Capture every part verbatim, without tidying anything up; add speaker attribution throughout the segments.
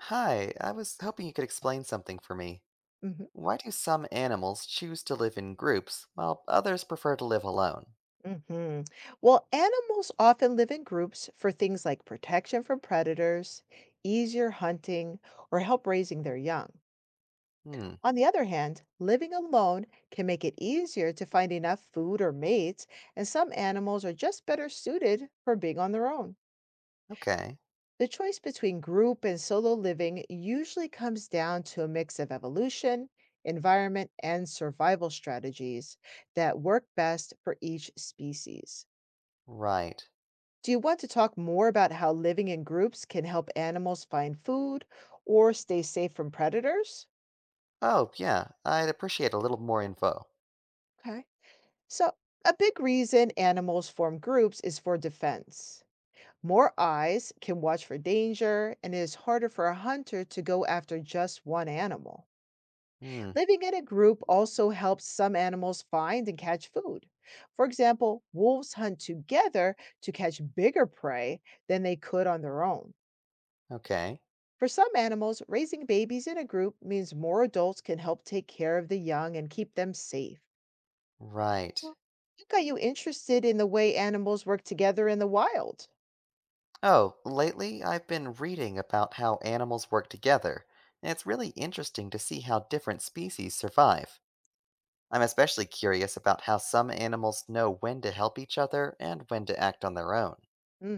Speaker 1: Hi, I was hoping you could explain something for me.
Speaker 2: hmm
Speaker 1: Why do some animals choose to live in groups while others prefer to live alone?
Speaker 2: hmm Well, animals often live in groups for things like protection from predators, easier hunting, or help raising their young.
Speaker 1: Hmm,
Speaker 2: On the other hand, living alone can make it easier to find enough food or mates, and some animals are just better suited for being on their own.
Speaker 1: okay.
Speaker 2: The choice between group and solo living usually comes down to a mix of evolution, environment, and survival strategies that work best for each species.
Speaker 1: Right.
Speaker 2: Do you want to talk more about how living in groups can help animals find food or stay safe from predators?
Speaker 1: Oh, yeah, I'd appreciate a little more info.
Speaker 2: Okay. So, a big reason animals form groups is for defense. More eyes can watch for danger, and it is harder for a hunter to go after just one animal.
Speaker 1: Hmm,
Speaker 2: Living in a group also helps some animals find and catch food. For example, wolves hunt together to catch bigger prey than they could on their own.
Speaker 1: okay.
Speaker 2: For some animals, raising babies in a group means more adults can help take care of the young and keep them safe.
Speaker 1: Right.
Speaker 2: So, what got you interested in the way animals work together in the wild?
Speaker 1: Oh, lately I've been reading about how animals work together, and it's really interesting to see how different species survive. I'm especially curious about how some animals know when to help each other and when to act on their own.
Speaker 2: hmm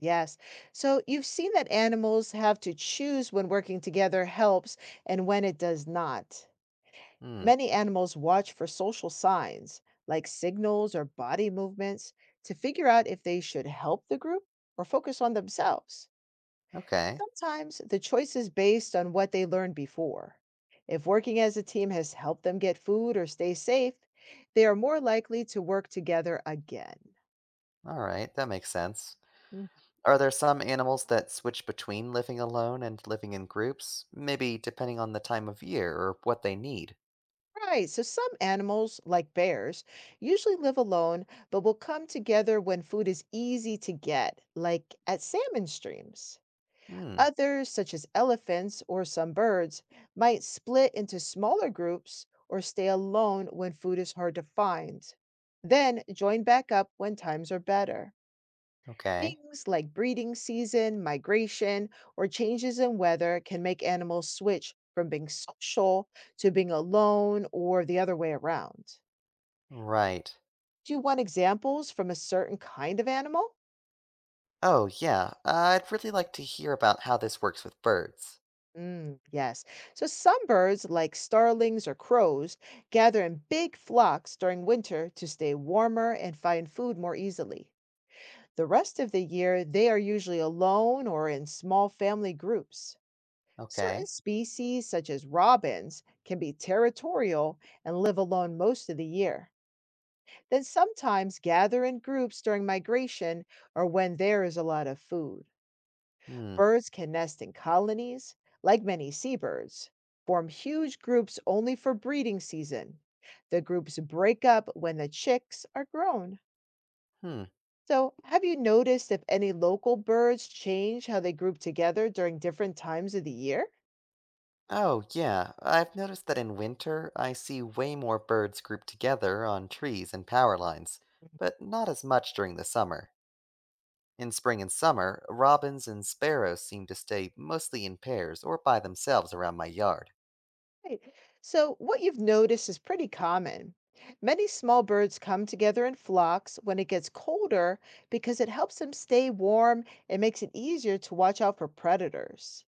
Speaker 2: yes. So, you've seen that animals have to choose when working together helps and when it does not.
Speaker 1: Hmm,
Speaker 2: Many animals watch for social signs, like signals or body movements, to figure out if they should help the group or focus on themselves.
Speaker 1: okay.
Speaker 2: Sometimes the choice is based on what they learned before. If working as a team has helped them get food or stay safe, they are more likely to work together again.
Speaker 1: All right, that makes sense.
Speaker 2: Mm.
Speaker 1: Are there some animals that switch between living alone and living in groups, maybe depending on the time of year or what they need?
Speaker 2: Right, so some animals, like bears, usually live alone but will come together when food is easy to get, like at salmon streams.
Speaker 1: Hmm,
Speaker 2: Others, such as elephants or some birds, might split into smaller groups or stay alone when food is hard to find, then join back up when times are better.
Speaker 1: okay.
Speaker 2: Things like breeding season, migration, or changes in weather can make animals switch from being social to being alone or the other way around.
Speaker 1: Right.
Speaker 2: Do you want examples from a certain kind of animal?
Speaker 1: Oh, yeah, I'd really like to hear about how this works with birds.
Speaker 2: Mm, yes. So some birds, like starlings or crows, gather in big flocks during winter to stay warmer and find food more easily. The rest of the year, they are usually alone or in small family groups. Certain
Speaker 1: Okay.
Speaker 2: species, such as robins, can be territorial and live alone most of the year, then sometimes gather in groups during migration or when there is a lot of food.
Speaker 1: Hmm,
Speaker 2: Birds can nest in colonies, like many seabirds, form huge groups only for breeding season. The groups break up when the chicks are grown.
Speaker 1: hmm.
Speaker 2: So, have you noticed if any local birds change how they group together during different times of the year?
Speaker 1: Oh, yeah, I've noticed that in winter I see way more birds grouped together on trees and power lines, but not as much during the summer. In spring and summer, robins and sparrows seem to stay mostly in pairs or by themselves around my yard.
Speaker 2: Right. So, what you've noticed is pretty common. Many small birds come together in flocks when it gets colder because it helps them stay warm and makes it easier to watch out for predators.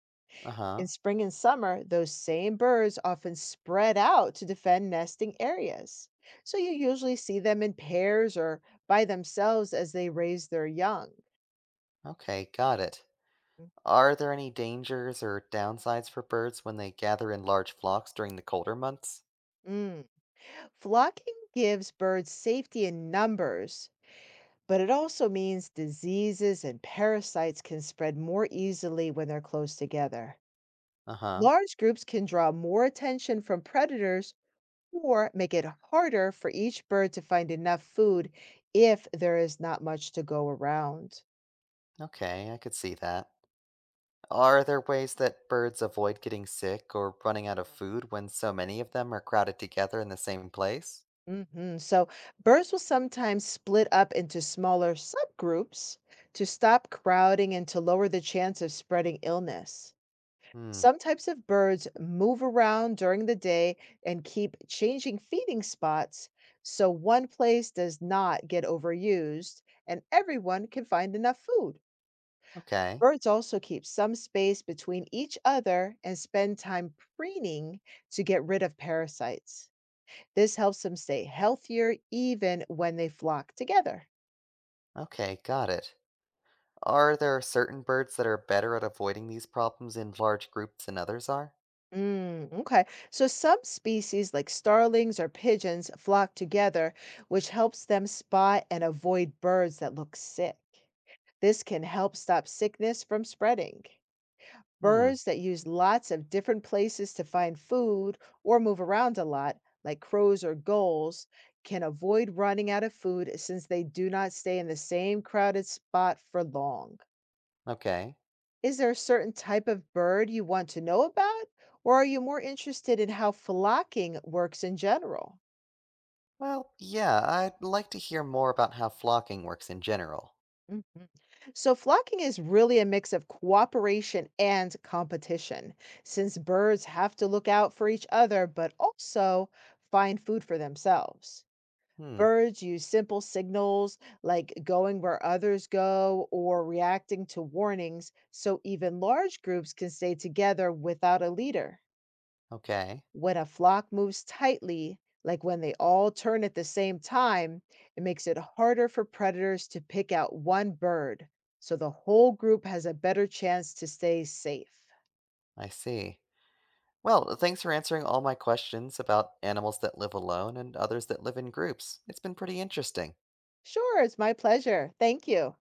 Speaker 1: Uh huh.
Speaker 2: In spring and summer, those same birds often spread out to defend nesting areas. So you usually see them in pairs or by themselves as they raise their young.
Speaker 1: Okay, got it. Are there any dangers or downsides for birds when they gather in large flocks during the colder months?
Speaker 2: Mm. Flocking gives birds safety in numbers, but it also means diseases and parasites can spread more easily when they're close together.
Speaker 1: Uh huh.
Speaker 2: Large groups can draw more attention from predators or make it harder for each bird to find enough food if there is not much to go around.
Speaker 1: Okay, I could see that. Are there ways that birds avoid getting sick or running out of food when so many of them are crowded together in the same place?
Speaker 2: Mhm. So, birds will sometimes split up into smaller subgroups to stop crowding and to lower the chance of spreading illness.
Speaker 1: Hmm.
Speaker 2: Some types of birds move around during the day and keep changing feeding spots so one place does not get overused and everyone can find enough food.
Speaker 1: Okay.
Speaker 2: Birds also keep some space between each other and spend time preening to get rid of parasites. This helps them stay healthier even when they flock together.
Speaker 1: Okay, got it. Are there certain birds that are better at avoiding these problems in large groups than others are?
Speaker 2: Mm, okay. So some species like starlings or pigeons flock together, which helps them spot and avoid birds that look sick. This can help stop sickness from spreading.
Speaker 1: Hmm,
Speaker 2: Birds that use lots of different places to find food or move around a lot, like crows or gulls, can avoid running out of food since they do not stay in the same crowded spot for long.
Speaker 1: okay.
Speaker 2: Is there a certain type of bird you want to know about, or are you more interested in how flocking works in general?
Speaker 1: Well, yeah, I'd like to hear more about how flocking works in general.
Speaker 2: Mhm. So, flocking is really a mix of cooperation and competition, since birds have to look out for each other but also find food for themselves.
Speaker 1: Hmm,
Speaker 2: Birds use simple signals like going where others go or reacting to warnings, so even large groups can stay together without a leader.
Speaker 1: okay.
Speaker 2: When a flock moves tightly, like when they all turn at the same time, it makes it harder for predators to pick out one bird, so the whole group has a better chance to stay safe.
Speaker 1: I see. Well, thanks for answering all my questions about animals that live alone and others that live in groups. It's been pretty interesting.
Speaker 2: Sure, it's my pleasure. Thank you.